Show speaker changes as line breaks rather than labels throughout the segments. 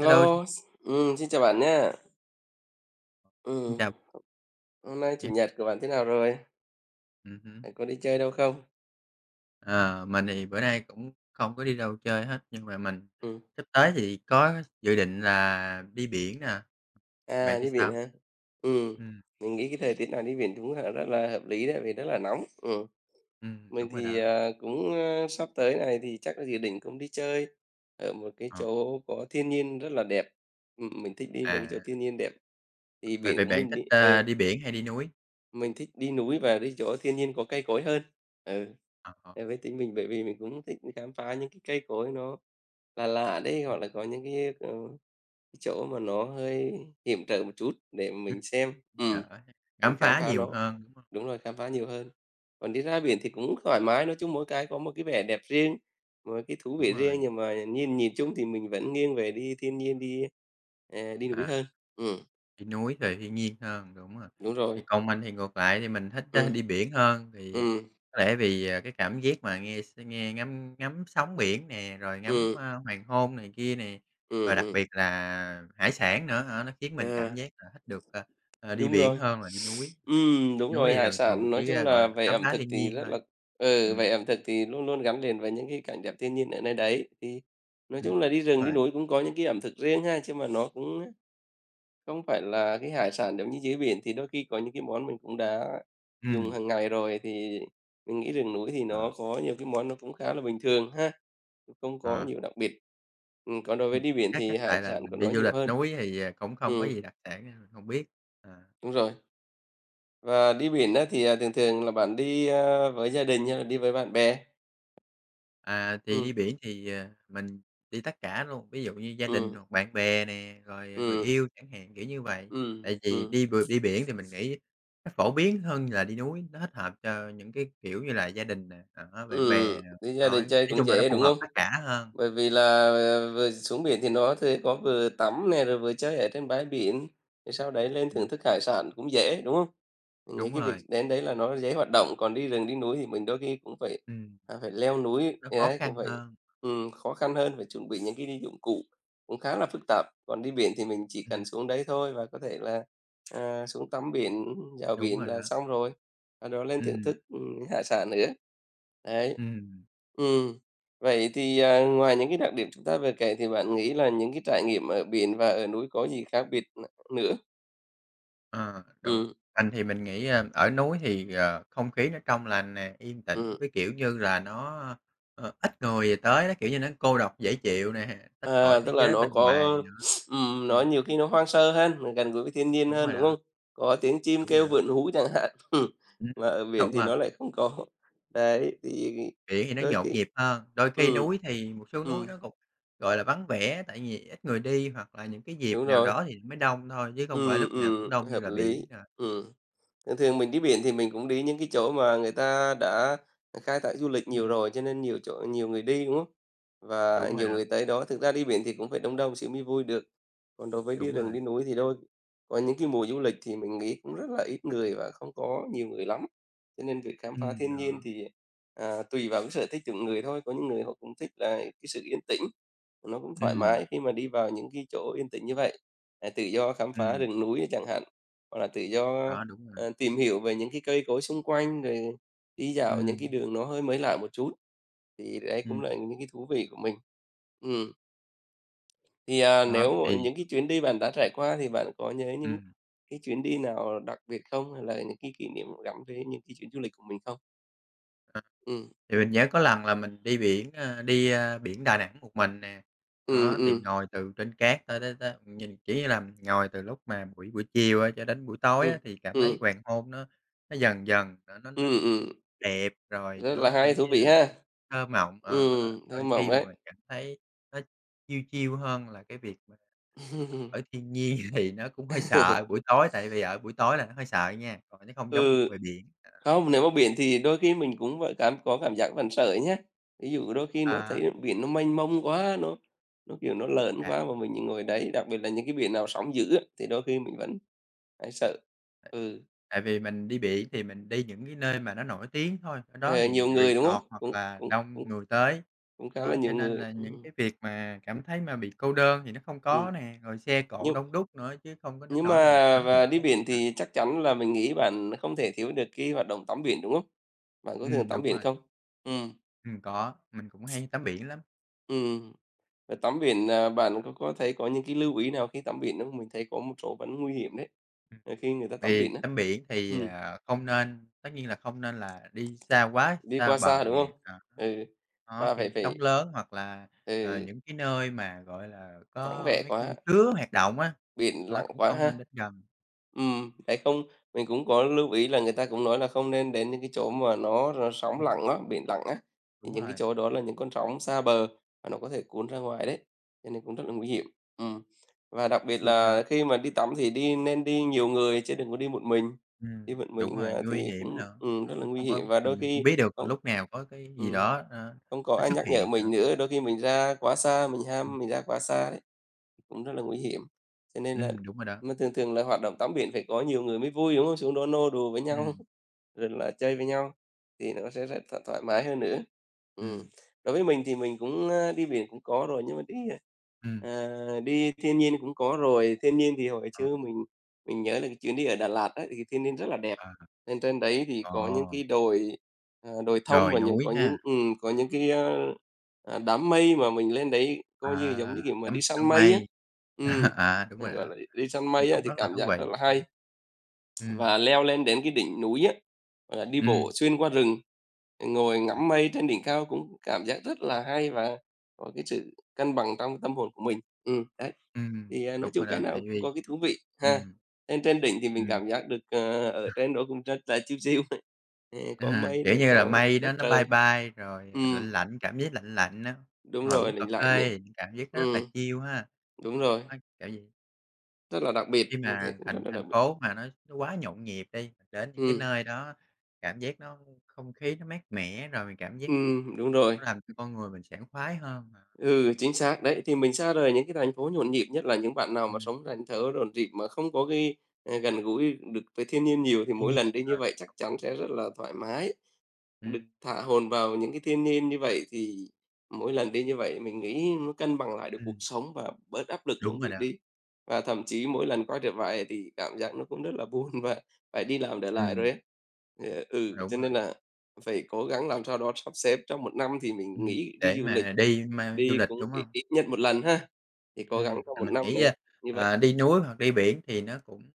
Hello, xin
xin chào bạn nhé.
xin
Ừm,
chào bạn
hôm nay Chủ
nhé.
nhật của bạn thế nào rồi?
Hứm.
Bạn có đi chơi đâu không?
Ờ, mình thì bữa nay cũng không có đi đâu chơi hết, nhưng mà mình
Ừm,
sắp tới thì có dự định là đi biển nè. Bạn thì
đi
sao?
biển hả? Ừm,
Ừm,
mình nghĩ cái thời tiết này đi biển cũng là rất là hợp lý đấy, vì rất là nóng. Mình
Đúng rồi
thì,
đó.
cũng, sắp tới này thì chắc là dự định cũng đi chơi ở một cái
Ờ,
chỗ có thiên nhiên rất là đẹp. Mình thích đi mấy cái chỗ
à,
thiên nhiên đẹp, thì
vậy
biển
vậy
của
bạn
mình
thích,
đi ừ.
đi biển hay đi núi?
Mình thích đi núi và đi chỗ thiên nhiên có cây cối hơn. Ừ,
Ờ,
với tính mình bởi vì mình cũng thích khám phá những cái cây cối nó lạ lạ đấy,
ừm,
hoặc là có những cái, cái chỗ mà nó hơi hiểm trở một chút để mà mình xem,
Đỡ
mình
khám
khám
phá
phá
nhiều
nó.
hơn, đúng hông?
Đúng rồi, khám phá nhiều hơn. Còn đi ra biển thì cũng thoải mái, nói chung mỗi cái có một cái vẻ đẹp riêng, một cái thú
Đúng
vị
rồi,
riêng, nhưng mà nhìn nhìn chung thì mình vẫn nghiêng về đi thiên nhiên, đi núi
à.
hơn. Ừm,
Đi núi thì thiên nhiên hơn, đúng rồi.
đúng
Thì
rồi.
còn mình thì ngược lại thì mình thích,
Ừ,
đi biển hơn, thì
ừ,
có lẽ vì, cái cảm giác mà nghe ngắm ngắm sóng biển nè, rồi ngắm,
ừ,
hoàng hôn này kia nè, và
ừ,
đặc biệt là hải sản nữa hả, nó khiến mình cảm
à.
giác là thích được, đi
Đúng
biển
rồi.
hơn là đi núi.
Đúng
Núi
rồi,
thì
hải
thường thường
sản nói
chỉ,
chung
gọi
là
là,
về
khám
ẩm
phá
thực
thiên
thì
nhiên
rất
thôi.
là ừ,
Ừm,
về ẩm thực thì luôn luôn gắn liền với những cái cảnh đẹp thiên nhiên ở nơi đấy. Thì nói
ừm,
chung là đi rừng,
Đúng
đi
rồi.
núi cũng có những cái ẩm thực riêng ha, chứ mà nó cũng không phải là cái hải sản giống như dưới biển, thì đôi khi có những cái món mình cũng đã dùng
ừm,
hàng ngày rồi, thì mình nghĩ rừng núi thì
ờ,
nó có nhiều cái món nó cũng khá là bình thường ha, cũng không có
ờ,
nhiều đặc biệt. Còn đối với
ừm,
đi biển
chắc chắc
thì hải
tại là
sản của
mình
nó
đi du
nhiều
lịch
hơn.
núi thì, cũng không có
Ừm,
gì đặc sản nên mình hông biết. Ờ.
đúng rồi. Và đi biển á thì, thường thường là bạn đi, với gia đình hay là đi với bạn bè?
À, thì đi
Ừm,
biển thì, mình đi tất cả luôn, ví dụ như gia đình
ừm,
hoặc bạn bè nè, rồi người
ừm,
yêu chẳng hạn, kiểu như vậy.
ừm,
Tại vì
ừm,
đi biển thì mình nghĩ nó phổ biến hơn là đi núi, nó thích hợp cho những cái, kiểu như là, gia đình nè, đó, bạn bè nè,
đi gia
tối
đình
nói
chơi cũng
chung là nó
dễ,
phù
đúng
hợp
không?
tất cả hơn.
Bởi vì là, vừa xuống biển thì nó thì có vừa tắm nè, rồi vừa chơi ở trên bãi biển, rồi sau đấy lên
Ừm,
thưởng thức hải sản cũng dễ, đúng không? Mình nghĩ
Đúng
cái việc
rồi,
đến đấy là nó dễ hoạt động, còn đi rừng, đi núi thì mình đôi khi cũng phải,
ừm,
leo núi,
nó khó
đấy, cũng
khăn
phải,
hơn,
khó khăn hơn, phải chuẩn bị những cái dụng cụ cũng khá là phức tạp. Còn đi biển thì mình chỉ
ừm,
cần xuống đấy thôi và có thể là, xuống tắm biển, dạo
đúng
biển
rồi đó,
là xong rồi, sau đó lên thưởng
ừm,
thức, hải sản nữa. Đấy.
ừm.
Ừ. Vậy thì, ngoài những cái đặc điểm chúng ta vừa kể thì bạn nghĩ là những cái trải nghiệm ở biển và ở núi có gì khác biệt nữa?
Ờ, đúng.
Ừm,
Mình thì mình nghĩ, ở núi thì, không khí nó trong lành nè, yên tĩnh
ừm,
với, kiểu như là, nó, ít người về tới đó, kiểu như, nó cô độc dễ chịu nè, tách khỏi thế
tức là
giới
nó
bên
có,
ngoài nữa.
nó
Ừm,
nhiều khi nó hoang sơ hơn, nó gần gũi với thiên nhiên
Đúng
hơn,
rồi
đúng
đó,
không? Có tiếng chim
đúng rồi
kêu
đó.
vượn hú chẳng hạn,
Ừm,
mà ở
Đúng
biển thì
rồi,
nó lại không có. Đấy, thì
biển thì nó
đôi
nhộn
khi,
nhịp hơn, đôi khi
ừm,
núi thì một số núi
ừm,
nó cũng, gọi là, vắng vẻ tại vì ít người đi hoặc là những cái dịp
đúng
nào
rồi,
đó thì mới đông thôi chứ không phải lúc nào cũng đông như
hợp
là biển
lý,
rồi.
ừm. Thường thường mình đi biển thì mình cũng đi những cái chỗ mà người ta đã khai thác du lịch nhiều
Ừm,
rồi, cho nên nhiều chỗ nhiều người đi, đúng không? Và
Đúng rồi
nhiều
đó,
người tới đó, thực ra đi biển thì cũng phải đông đông xíu mới vui được. Còn đối với đi
đúng
rừng,
rồi.
đi núi thì có những cái mùa du lịch thì mình nghĩ cũng rất là ít người và không có nhiều người lắm. Cho nên việc khám phá thiên
Đó.
nhiên thì, tùy vào cái sở thích từng người thôi, có những người họ cũng thích là cái sự yên tĩnh, nó cũng thoải
ừm,
mái khi mà đi vào những cái chỗ yên tĩnh như vậy, tự do khám phá
ừm,
rừng núi chẳng hạn. Hoặc là tự do,
Đó, đúng rồi.
tìm hiểu về những cái cây cối xung quanh, rồi đi dạo những cái
Ừm,
đường nó hơi mới lạ một chút, thì đấy cũng
ừm,
là những cái thú vị của mình. Ừm, thì,
đó,
nếu mà
thì
những cái chuyến đi bạn đã trải qua thì bạn có nhớ những
ừm.
cái chuyến đi nào đặc biệt không? Hay là những cái kỷ niệm gắn với những cái chuyến du lịch của mình không?
À,
Ừ,
thì mình nhớ có lần là mình đi biển, biển Đà Nẵng một mình nè.
ừ,
Đó,
ừ,
thì ngồi từ trên cát tới tới tới nhìn, chỉ như là, ngồi từ lúc mà buổi buổi chiều á cho đến buổi tối á,
ừ,
thì cảm thấy
ừm,
hoàng hôn nó dần dần nó
ừm, ừm,
đẹp, rồi
rất là
nó, kiểu
hay, thú
như
vị
là,
ha!
thơ mộng.
Thơ
Đôi
mộng
khi mà
đấy.
mình cảm thấy nó chiêu chill hơn là cái việc mà ở thiên nhiên thì nó cũng hơi sợ buổi tối, tại vì ở buổi tối là nó hơi sợ nha, còn nó không giống như
Ừ.
ngoài biển.
Không, nếu mà biển thì đôi khi mình cũng phải có cảm giác vẫn sợ nhá. Ví dụ đôi khi
Ờ,
nó thấy
à
biển nó mênh mông quá, nó, kiểu, nó lớn quá mà mình ngồi đấy, đặc biệt là những cái biển nào sóng dữ á, thì đôi khi mình vẫn hay sợ. Ừ,
Tại vì mình đi biển thì mình đi những cái nơi mà nó nổi tiếng thôi, ở đó
ờ, nhiều
thì
người, đúng không?
resort hoặc
Cũng
là
cũng
đông
cũng
người tới.
cũng khá là
Đó, cho
nhiều
nên
người.
là những cái việc mà cảm thấy mà bị cô đơn thì nó không có
Ừm.
nè, rồi xe cộ
Nhưng
đông đúc nữa chứ không có đến
nhưng mà
nỗi là, gọi là, vắng vẻ.
và đi biển
À,
thì chắc chắn là mình nghĩ bạn không thể thiếu được cái hoạt động tắm biển, đúng không? Bạn có thường tắm
Đúng
biển
rồi.
không? Ừ,
Có, mình cũng hay tắm biển lắm.
ừ. Và tắm biển, bạn có thấy có những cái lưu ý nào khi tắm biển không? Mình thấy có một số vẫn nguy hiểm đấy,
Ừm.
khi người ta tắm
Vì
biển á.
tắm biển thì,
Ừm,
không nên tất nhiên là không nên là đi xa quá,
đi
xa
qua
bờ
xa, đúng
nè.
không? Ừ,
Đó,
và phải
khi sóng
phải,
lớn hoặc là,
ừ,
những cái nơi mà, gọi là,
vắng
có
vẻ
mấy con
quá.
sứa hoạt động á,
Biển
đó,
lặng
cũng
quá
không nên
ha.
đến gần.
Đấy, không mình cũng có lưu ý là người ta cũng nói là không nên đến những cái chỗ mà nó sóng
Ừm,
lặng á, biển lặng á, thì
Đúng
những cái
rồi,
chỗ đó là những con sóng xa bờ và nó có thể cuốn ra ngoài đấy, cho nên cũng rất là nguy hiểm. Ừm, và đặc biệt
đúng đó.
là khi mà đi tắm thì nên đi nhiều người chứ đừng có đi một
Đúng
mình,
rồi, nguy
thì
hiểm
cũng,
nữa, đó,
rất là nguy
không có
hiểm và
mình
đôi
mình không
khi
biết được là
không
lúc nào có cái gì
ừm,
đó,
không có
nó
ai
xuất
nhắc nhở
hiện nữa.
mình nữa, đôi khi mình ra quá xa, mình
Ừm,
ham mình ra quá xa đấy. Cũng rất là nguy hiểm. Cho nên là
Đúng rồi đó.
mà thường thường là hoạt động tắm biển phải có nhiều người mới vui, đúng không? Xuống đó nô đùa với nhau,
ừm,
rồi là chơi với nhau thì nó sẽ rất thoải mái hơn nữa. Ừm,
ừm,
đối với mình thì mình cũng, đi biển cũng có rồi, nhưng mà đi,
ừm,
ờ, đi thiên nhiên cũng có rồi. Thiên nhiên thì hồi
ờ,
xưa mình nhớ là cái chuyến đi ở Đà Lạt á, thì thiên nhiên rất là đẹp.
ờ,
Nên trên đấy thì
ờ,
có những cái đồi thông
Đồi
và những
núi
có
ha.
những có những cái, đám mây mà mình lên đấy
à,
coi như, giống như kiểu, mà
Ngắm
đi săn
săn
mây á.
mây.
Ừm,
Đúng rồi
gọi
đó,
là, đi săn
thì
mây á
cũng
thì
rất là
cảm
thú
giác
vị.
rất là hay. Và
Ừm,
leo lên đến cái đỉnh núi á, và đi bộ
ừm,
xuyên qua rừng, ngồi
ờ,
ngắm mây trên đỉnh cao cũng cảm giác rất là hay và có cái sự cân bằng trong tâm hồn của mình. Đấy.
ừ,
Thì, nói
Đúng
chung
rồi
cái
đó, tại
nào cũng
vì.
có cái thú vị ha.
Ừm,
Trên trên đỉnh thì mình
ừm,
cảm giác được, ở trên đó cũng rất là chiêu chill, có mây
Kiểu
nữa,
như là,
có
mây
đất
nó bay
trời.
bay rồi, lạnh
Ừm,
lạnh, cảm giác lạnh lạnh á,
đúng
ngồi
rồi,
uống cà
lành lạnh nữa.
phê thì cảm giác nó rất là
Ừm,
chill ha.
đúng rồi,
Kiểu vậy,
rất là đặc
khi
biệt, mình thấy
mà
cũng rất
thành
là
thành
đặc biệt.
phố mà nó quá nhộn nhịp đi, mình đến những cái
Ừm,
nơi đó cảm giác nó không khí nó mát mẻ, rồi mình cảm giác
đúng rồi.
nó làm cho con người mình sảng khoái hơn mà.
Ừ, chính xác, đấy, thì mình xa rời những cái thành phố nhộn nhịp, nhất là những bạn nào mà
Ừm,
sống thành thớ rộn rịp mà không có cái, gần gũi được với thiên nhiên nhiều thì
Tuy
mỗi
nhiên
lần đi
là
như vậy chắc chắn sẽ rất là thoải mái. Được
ừm,
thả hồn vào những cái thiên nhiên như vậy thì mỗi lần đi như vậy mình nghĩ nó cân bằng lại được cuộc
ừm,
sống và bớt áp lực
đúng
công
rồi
việc
đó.
đi. Và thậm chí mỗi lần quay trở về thì cảm giác nó cũng rất là buồn và phải đi làm để lại
ừm,
rồi ấy. Ừ,
Đúng
cho
rồi.
nên là phải cố gắng làm sao đó sắp xếp trong một năm thì mình nghĩ đi
Để
du lịch,
mà đi ma du
đi
lịch,
cũng
đúng
ít
hông?
ít nhất một lần ha. Thì cố gắng trong một
Mình
năm
nghĩ,
nếu như vậy.
đi núi hoặc đi biển thì nó cũng,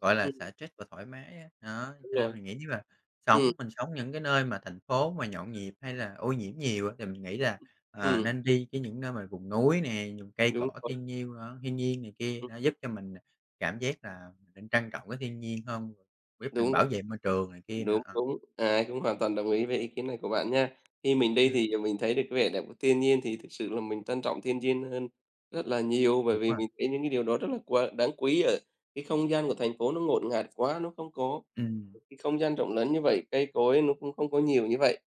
gọi là,
Ừm,
xả stress và thoải mái á, đó,
đúng
cho nên
rồi.
mình nghĩ nếu mà
Ừm,
mình sống những cái nơi mà thành phố mà nhộn nhịp hay là ô nhiễm nhiều á, thì mình nghĩ là,
ừm,
nên đi cái những nơi mà vùng núi nè, vùng cây cỏ
đúng rồi.
thiên nhiêu đó thiên nhiên này kia,
Ừm,
nó giúp cho mình cảm giác là mình nên trân trọng cái thiên nhiên hơn, giúp mình
đúng
bảo
rồi.
vệ môi trường này kia nữa,
Đúng,
ờ,
đúng, ai cũng hoàn toàn đồng ý về ý kiến này của bạn nha. Khi mình đi
ừm,
thì, mình thấy được cái vẻ đẹp của thiên nhiên thì thực sự là mình trân trọng thiên nhiên hơn rất là nhiều, bởi
Đúng
vì
rồi.
mình thấy những cái điều đó rất là quá đáng quý ở cái không gian của thành phố nó ngột ngạt quá, nó không có
ừm,
cái không gian rộng lớn như vậy, cây cối nó cũng không có nhiều như vậy.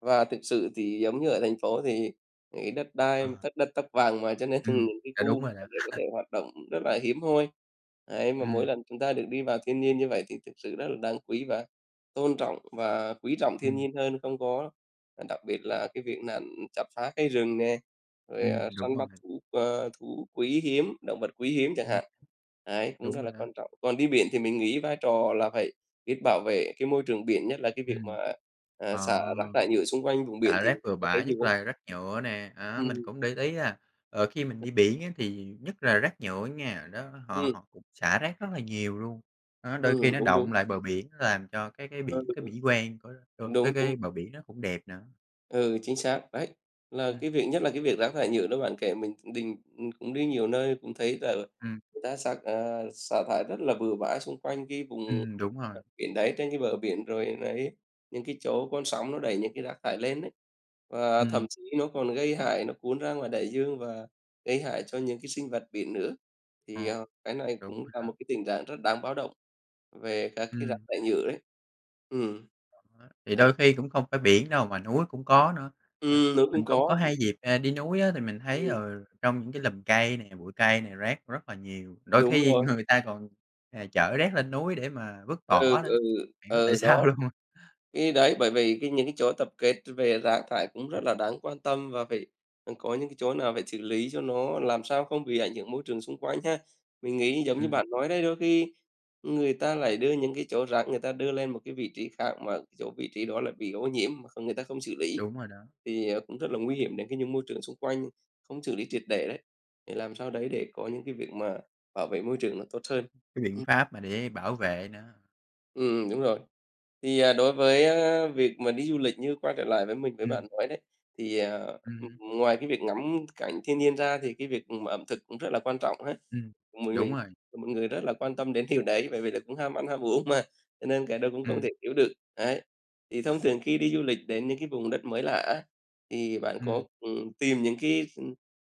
Và thực sự thì giống như ở thành phố thì cái đất
ờ,
đai tất đất tấp vàng mà, cho nên
ừm,
những cái
dạ, đúng
khu
rồi đó.
mà để có thể hoạt động rất là hiếm hoi. Đấy, mà mỗi
ừm,
lần chúng ta được đi vào thiên nhiên như vậy thì thực sự rất là đáng quý và tôn trọng và quý trọng thiên
ừm,
nhiên hơn, không có đặc biệt là cái việc là chặt phá cây rừng nè, rồi,
Đúng
săn
rồi.
bắt thú, thú quý hiếm, động vật quý hiếm chẳng
ừm,
hạn. Đấy, cũng
Đúng
rất là
rồi đó,
quan trọng. Còn đi biển thì mình nghĩ vai trò là phải biết bảo vệ cái môi trường biển, nhất là cái việc
ừm,
mà,
ờ.
xả rác thải nhựa xung quanh vùng biển
Dạ,
thì
rác
bạn
bừa
có thấy
bãi,
nhiều
nhất
không?
là rác nhựa nè, á, mình
Ừm,
cũng để ý là, khi mình đi biển á thì nhất là rác nhựa nha, đó, họ
ừm,
họ cũng xả rác rất là nhiều luôn. Đó, đôi khi nó
đúng,
đọng
đúng.
lại bờ biển nó làm cho cái
Ờ,
biển cái mỹ quan của cái
đúng, đúng.
cái bờ biển nó cũng đẹp nữa.
Ừ, chính xác. Đấy, là
Ừm,
cái việc nhất là cái việc rác thải nhựa đó bạn kể mình đình cũng đi nhiều nơi cũng thấy là
ừm,
người ta xạc xả thải rất là bừa bãi xung quanh cái vùng,
Đúng rồi.
biển đấy, trên cái bờ biển rồi đấy, những cái chỗ con sóng nó đẩy những cái rác thải lên đấy. Và
ừm,
thậm chí nó còn gây hại, nó cuốn ra ngoài đại dương và gây hại cho những cái sinh vật biển nữa. Thì,
ờ,
cái này
Đúng
cũng
rồi
là
đó,
một cái tình trạng rất đáng báo động về các cái rác
ừm.
thải nhựa đấy. Ừ,
Đó, thì
đấy.
đôi khi cũng không phải biển đâu mà núi cũng có nữa. Ờ,
Ừ nó cũng
mình cũng có
có.
hai dịp, đi núi á, thì mình thấy,
Ừm,
trong những cái lùm cây này bụi cây này rác rất là nhiều. Đôi
đúng
khi
rồi.
người ta còn, chở rác lên núi để mà vứt
Ừ,
bỏ đó hông
ừ,
hiểu tại
ừ,
sao
đó.
luôn.
Cái đấy, bởi vì cái những cái chỗ tập kết về rác thải cũng rất là đáng quan tâm và phải có những cái chỗ nào phải xử lý cho nó làm sao không bị ảnh hưởng môi trường xung quanh ha. Mình nghĩ giống như
Ừm,
bạn nói đấy, đôi khi người ta lại đưa những cái chỗ rác người ta đưa lên một cái vị trí khác mà cái chỗ vị trí đó lại bị ô nhiễm mà không người ta không xử lý,
Đúng rồi đó,
thì, cũng rất là nguy hiểm đến cái những môi trường xung quanh, không xử lý triệt để đấy, để làm sao đấy để có những cái việc mà bảo vệ môi trường nó tốt hơn.
cái biện
Ừm,
pháp mà để bảo vệ nữa.
đúng rồi. Thì, đối với, việc mà đi du lịch như quay trở lại với mình với
Ừm,
bạn nói đấy, thì,
ừm,
ngoài cái việc ngắm cảnh thiên nhiên ra thì cái việc mà ẩm thực cũng rất là quan trọng ha.
ừm,
Mình
Đúng
mình
rồi,
mọi người rất là quan tâm đến điều đấy, bởi vì là cũng ham ăn ham uống mà, cho nên cái đó cũng không
ừm,
thể thiếu được. Đấy, thì thông thường khi đi du lịch đến những cái vùng đất mới lạ á, thì bạn
ừm.
có, tìm những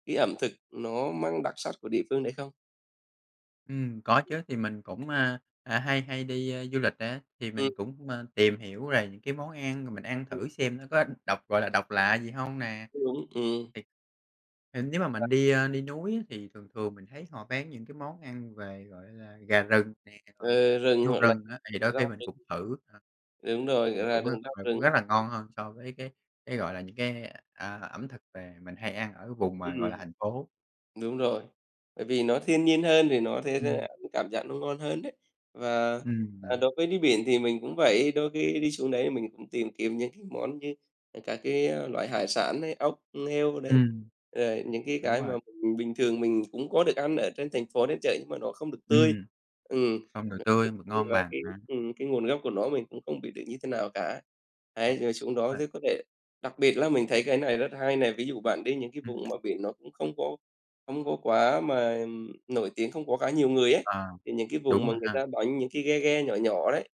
cái ẩm thực nó mang đặc sắc của địa phương đấy không?
Có chứ, thì mình cũng, hay hay đi, du lịch á, thì
Ừm,
mình cũng, tìm hiểu rồi những cái món ăn rồi mình ăn
ừm,
thử xem nó có độc, gọi là, độc lạ gì không nè.
đúng,
Thì thì nếu mà mình đi núi á, thì thường thường mình thấy họ bán những cái món ăn về, gọi là, gà rừng nè, rồi
ờ, rừng
heo
hoặc là
rừng á, thì đôi khi
rau
mình cũng thử,
rừng đúng rồi,
thì
gọi là
cũng,
rừng rau
cũng
rừng.
rất là ngon hơn so với cái, gọi là, những cái, ẩm thực về mình hay ăn ở vùng mà, gọi là,
Ừm.
thành phố.
Đúng rồi, bởi vì nó thiên nhiên hơn thì nó thế ra
Ừm,
ăn cảm giác nó ngon hơn đấy. Và,
Đó.
đối với đi biển thì mình cũng vậy, đôi khi đi xuống đấy mình cũng tìm kiếm những cái món như các cái, loại hải sản ấy, ốc, heo đấy,
ừm,
rồi những
Đúng
cái mà
rồi,
mình bình thường cũng có được ăn ở trên thành phố, trên chợ nhưng mà nó không được tươi.
ừm.
Ừm,
Không đồ
nó không được
tươi, mực
tươi
ngon
và
bằng hả?
cái nguồn gốc của nó mình cũng không biết được như thế nào cả.
Ờ,
Đấy, rồi xuống
đúng
đó
rồi.
thì có thể đặc biệt là mình thấy cái này rất hay này, ví dụ bạn đi những cái
ừm,
vùng mà biển nó cũng không có không có quá mà, nổi tiếng, không có quá nhiều người ấy,
ờ,
thì những cái vùng
Đúng
mà
rồi
người
ha.
ta đánh những cái ghe ghe nhỏ nhỏ đấy,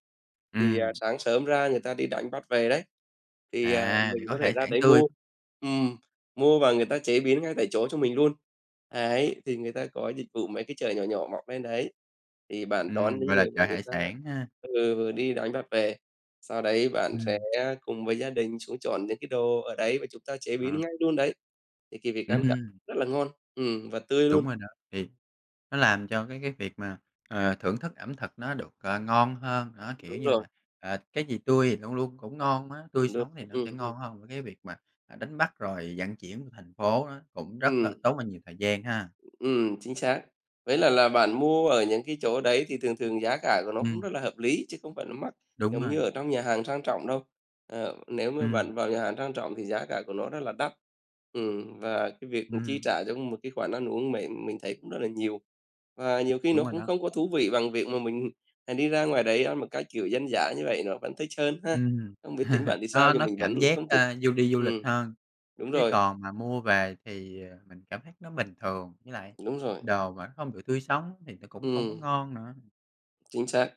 thì,
Ừm,
sáng sớm ra người ta đi đánh bắt về đấy. Thì,
thì
mình
có
có thể
hải
ra
sản
đấy
tươi.
mua. Ừm, mua và người ta chế biến ngay tại chỗ cho mình luôn. Ấy, thì người ta có dịch vụ mấy cái chợ nhỏ nhỏ mọc lên đấy, thì bạn đón những
Gọi là
người mà
chợ
người
hải
ta
sản ha.
ừ, vừa đi đánh bắt về, sau đấy bạn sẽ
Ừm,
cùng với gia đình xuống chọn những cái đồ ở đấy và chúng ta chế
ờ,
biến ngay luôn đấy. Thì cái việc ăn cảm
ừm,
rất là ngon, và tươi luôn.
Đúng rồi đó, thì nó làm cho cái việc mà, thưởng thức ẩm thực nó được, ngon hơn, đó, kiểu
Đúng
như
rồi,
là, cái gì tươi thì luôn luôn cũng ngon á, tươi
được
sống thì nó
ừm,
sẽ
ừm,
ngon hơn với cái việc mà, đánh bắt rồi vận chuyển của thành phố á, cũng rất là
ừm.
tốn bao nhiêu thời gian ha.
Chính xác. Vậy là bạn mua ở những cái chỗ đấy thì thường thường giá cả của nó cũng
Ừm,
rất là hợp lý chứ không phải là mắc
Đúng
giống như
rồi.
ở trong nhà hàng sang trọng đâu. Ờ, nếu mà
ừm,
bạn vào nhà hàng sang trọng thì giá cả của nó rất là đắt. Và cái việc chi
ừm,
trả cho một cái khoản ăn uống mình thấy cũng rất là nhiều. Và nhiều khi
Đúng
nó
rồi
cũng
đó.
không có thú vị bằng việc mà mình, đi ra ngoài đấy ăn một cái kiểu dân dã như vậy nó vẫn thích hơn ha.
Ừm.
Không biết tính bạn thì sao
Nó
nhưng
nó
mình
cảm
vẫn
giác,
không thích.
đi du lịch
Ừm,
hơn,
đúng
chứ
rồi,
còn mà mua về thì, mình cảm thấy nó bình thường, với lại
đúng rồi.
đồ mà nó không được tươi sống thì nó cũng không có
Ừm.
ngon nữa.
Chính xác.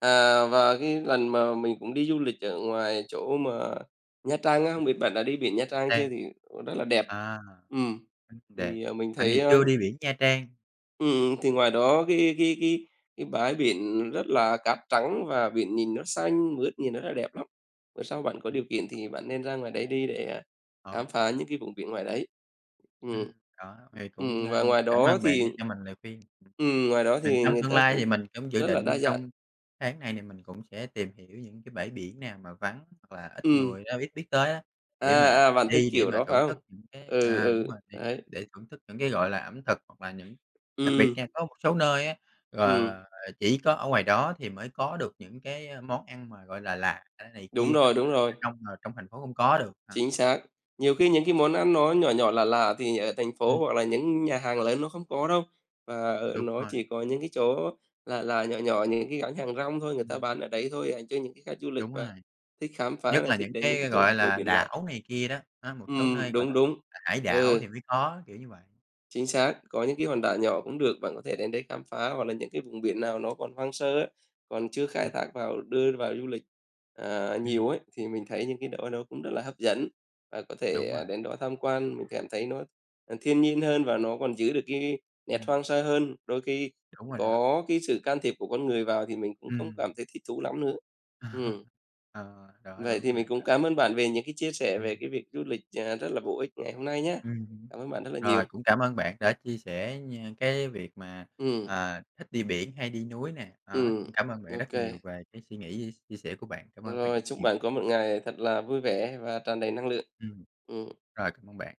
À, và cái lần mà mình cũng đi du lịch ở ngoài chỗ mà Nha Trang á, không biết bạn đã đi biển Nha
Nha
Trang
Trang
chưa? Thì rất là đẹp.
à.
Ừm,
Đẹp.
thì, mình
Bạn
thấy,
thì
ơ
chưa đi biển Nha Trang.
thì ngoài đó cái bãi biển rất là cát trắng và biển nhìn nó xanh mướt, nhìn nó rất là đẹp lắm. Bữa sau bạn có điều kiện thì bạn nên ra ngoài đấy đi để, khám
ờ,
phá những cái vùng biển ngoài đấy. Ừm.
ừm, Đó, thì cũng,
Và
cảm ơn bạn đã cho mình lời khuyên.
ngoài đó
Mình
thì
trong
người
tương
ta
lai
cũng
thì mình cũng dự
rất là đa
định
dạng.
trong tháng này thì mình cũng sẽ tìm hiểu những cái bãi biển nào mà vắng hoặc là ít
Ừm.
người á, ít biết tới á, để
À,
mà
à, bạn thích
đi để
kiểu
mà
đó
thưởng
phải
thức
không?
những cái
Ừ,
đúng
ừ,
rồi, để
đấy.
để thưởng thức những cái, gọi là, ẩm thực hoặc là những đặc biệt
Ừm,
nha, có một số nơi á,
ừm,
ờ, chỉ có ở ngoài đó thì mới có được những cái, món ăn mà, gọi là, lạ này kia, hoặc là
đúng rồi,
trong thành phố không có được.
chính xác. Nhiều khi những cái món ăn nó nhỏ nhỏ lạ lạ thì ở thành
Ừm,
phố hoặc là những nhà hàng lớn nó không có đâu, và ở
Đúng
nó
rồi.
chỉ có những cái chỗ là nhỏ nhỏ, những cái gánh hàng rong thôi, người ta
ừm,
bán ở đấy thôi, dành cho những cái khách du lịch
Đúng
và
rồi.
thích khám phá
Nhất
này,
là
thích
những
đến những
cái,
cái chỗ
gọi
bờ
là,
biển lạ.
đảo này kia đó, á, một số nơi, gọi
Đúng,
là,
đúng.
hải đảo
Ừ.
thì mới có, kiểu như vậy.
Chính xác, có những cái hòn đảo nhỏ cũng được, bạn có thể đến đấy khám phá hoặc là những cái vùng biển nào nó còn hoang sơ á, còn chưa khai
Ừm,
thác vào đưa vào du lịch,
ừm,
nhiều ấy, thì mình thấy những cái đó nó cũng rất là hấp dẫn. Và có
Đúng
thể,
rồi.
đến đó tham quan, mình cảm thấy nó, thiên nhiên hơn và nó còn giữ được cái nét
ừm,
hoang sơ hơn. Đôi khi
Đúng rồi đó,
có cái sự can thiệp của con người vào thì mình cũng không
ừm.
cảm thấy thích thú lắm nữa. Ừm,
Ờ, đó,
vậy thì
đúng rồi.
mình cũng cảm ơn bạn về những cái chia sẻ về
Ừm,
cái việc du lịch, rất là bổ ích ngày hôm nay nhé.
ừm
Cảm ơn bạn rất là nhiều.
Rồi, cũng cảm ơn bạn đã chia sẻ nha cái việc mà,
Ừm.
thích đi biển hay đi núi nè,
Ừ,
đó, cũng cảm ơn bạn
OK.
rất nhiều về cái suy nghĩ, chia sẻ của bạn. Cảm ơn
Rồi,
bạn
chúc
nhiều.
bạn có một ngày thật là vui vẻ và tràn đầy năng lượng.
Ừm,
Ừ.
Rồi, cảm ơn bạn.